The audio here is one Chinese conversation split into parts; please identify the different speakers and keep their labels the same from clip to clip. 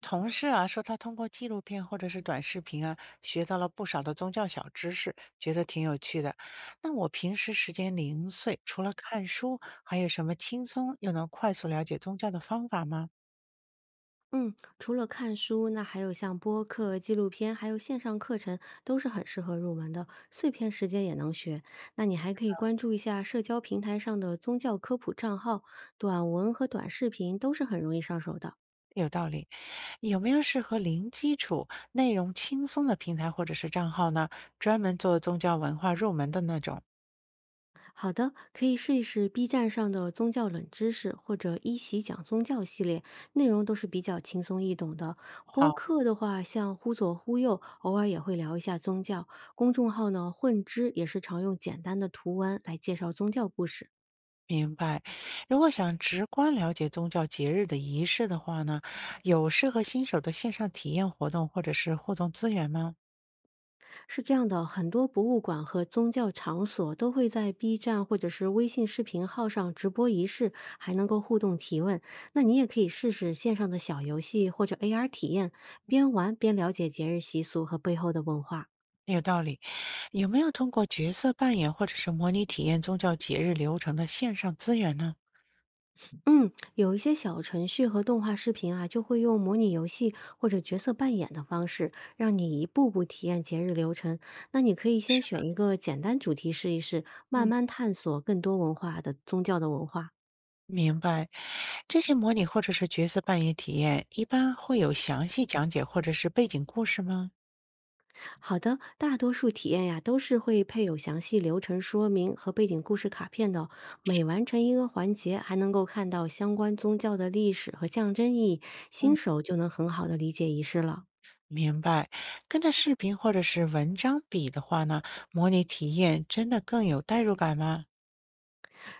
Speaker 1: 同事啊说，他通过纪录片或者是短视频啊，学到了不少的宗教小知识，觉得挺有趣的。那我平时时间零碎，除了看书，还有什么轻松又能快速了解宗教的方法吗？
Speaker 2: 嗯，除了看书，那还有像播客、纪录片，还有线上课程，都是很适合入门的，碎片时间也能学。那你还可以关注一下社交平台上的宗教科普账号，短文和短视频都是很容易上手的。
Speaker 1: 有道理，有没有适合零基础、内容轻松的平台或者是账号呢？专门做宗教文化入门的那种？
Speaker 2: 好的，可以试一试 B 站上的宗教冷知识或者一席讲宗教系列，内容都是比较轻松易懂的。播
Speaker 1: 好。
Speaker 2: 客的话，像忽左忽右，偶尔也会聊一下宗教。公众号呢，混知也是常用简单的图文来介绍宗教故事。
Speaker 1: 明白，如果想直观了解宗教节日的仪式的话呢，有适合新手的线上体验活动或者是互动资源吗？
Speaker 2: 是这样的，很多博物馆和宗教场所都会在 B 站或者是微信视频号上直播仪式，还能够互动提问。那你也可以试试线上的小游戏或者 AR 体验，边玩边了解节日习俗和背后的文化。
Speaker 1: 有道理，有没有通过角色扮演或者是模拟体验宗教节日流程的线上资源呢？
Speaker 2: 嗯，有一些小程序和动画视频啊，就会用模拟游戏或者角色扮演的方式，让你一步步体验节日流程。那你可以先
Speaker 1: 是，
Speaker 2: 选一个简单主题试一试，慢
Speaker 1: 嗯，
Speaker 2: 慢探索更多文化的宗教的文化。
Speaker 1: 明白，这些模拟或者是角色扮演体验，一般会有详细讲解或者是背景故事吗？
Speaker 2: 好的，大多数体验呀都是会配有详细流程说明和背景故事卡片的哦。每完成一个环节，还能够看到相关宗教的历史和象征意义，新手就能很好的理解仪式了。
Speaker 1: 明白，跟着视频或者是文章比的话呢，模拟体验真的更有代入感吗？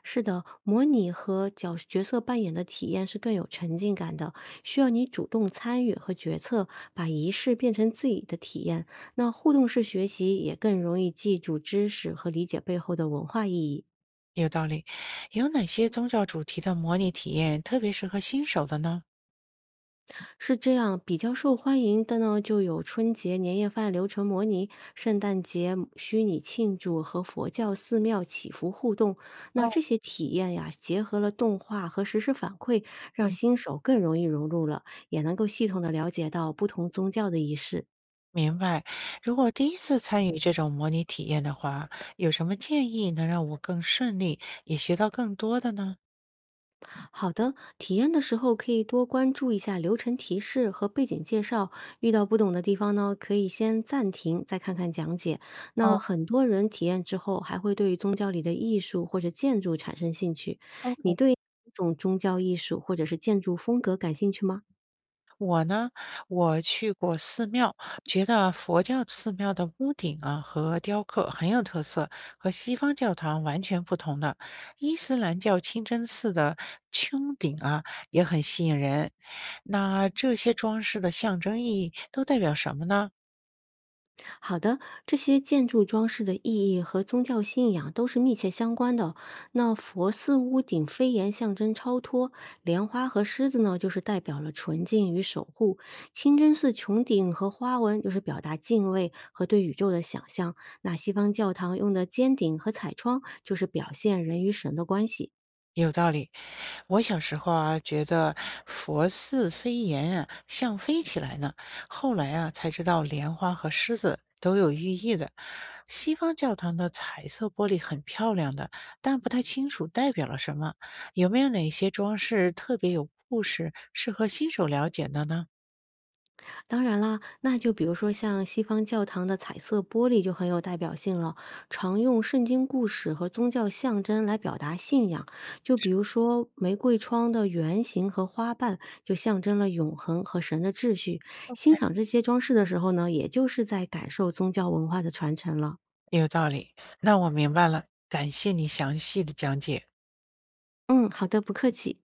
Speaker 2: 是的，模拟和角色扮演的体验是更有沉浸感的，需要你主动参与和决策，把仪式变成自己的体验。那互动式学习也更容易记住知识和理解背后的文化意义。
Speaker 1: 有道理。有哪些宗教主题的模拟体验特别适合新手的呢？
Speaker 2: 是这样，比较受欢迎的呢，就有春节年夜饭流程模拟、圣诞节虚拟庆祝和佛教寺庙祈福互动。那
Speaker 1: 哦，
Speaker 2: 这些体验呀，结合了动画和实时反馈，让
Speaker 1: 嗯。
Speaker 2: 新手更容易融入了，也能够系统的了解到不同宗教的仪式。
Speaker 1: 明白。如果第一次参与这种模拟体验的话，有什么建议能让我更顺利，也学到更多的呢？
Speaker 2: 好的，体验的时候可以多关注一下流程提示和背景介绍，遇到不懂的地方呢，可以先暂停，再看看讲解。那很多人体验之后，还会对宗教里的艺术或者建筑产生兴趣。你对哪种宗教艺术或者是建筑风格感兴趣吗？
Speaker 1: 我呢，我去过寺庙，觉得佛教寺庙的屋顶啊和雕刻很有特色，和西方教堂完全不同的。伊斯兰教清真寺的穹顶啊也很吸引人。那这些装饰的象征意义都代表什么呢？
Speaker 2: 好的，这些建筑装饰的意义和宗教信仰都是密切相关的哦。那佛寺屋顶飞檐象征超脱，莲花和狮子呢，就是代表了纯净与守护；清真寺穹顶和花纹就是表达敬畏和对宇宙的想象。那西方教堂用的尖顶和彩窗，就是表现人与神的关系。
Speaker 1: 有道理，我小时候啊，觉得佛似飞檐啊，像飞起来呢。后来啊，才知道莲花和狮子都有寓意的。西方教堂的彩色玻璃很漂亮的，但不太清楚代表了什么。有没有哪些装饰特别有故事，适合新手了解的呢？
Speaker 2: 当然啦，那就比如说像西方教堂的彩色玻璃就很有代表性了，常用圣经故事和宗教象征来表达信仰。就比如说玫瑰窗的圆形和花瓣，就象征了永恒和神的秩序。欣赏这些装饰的时候呢，也就是在感受宗教文化的传承了。
Speaker 1: 有道理，那我明白了，感谢你详细的讲解。
Speaker 2: 嗯，好的，不客气。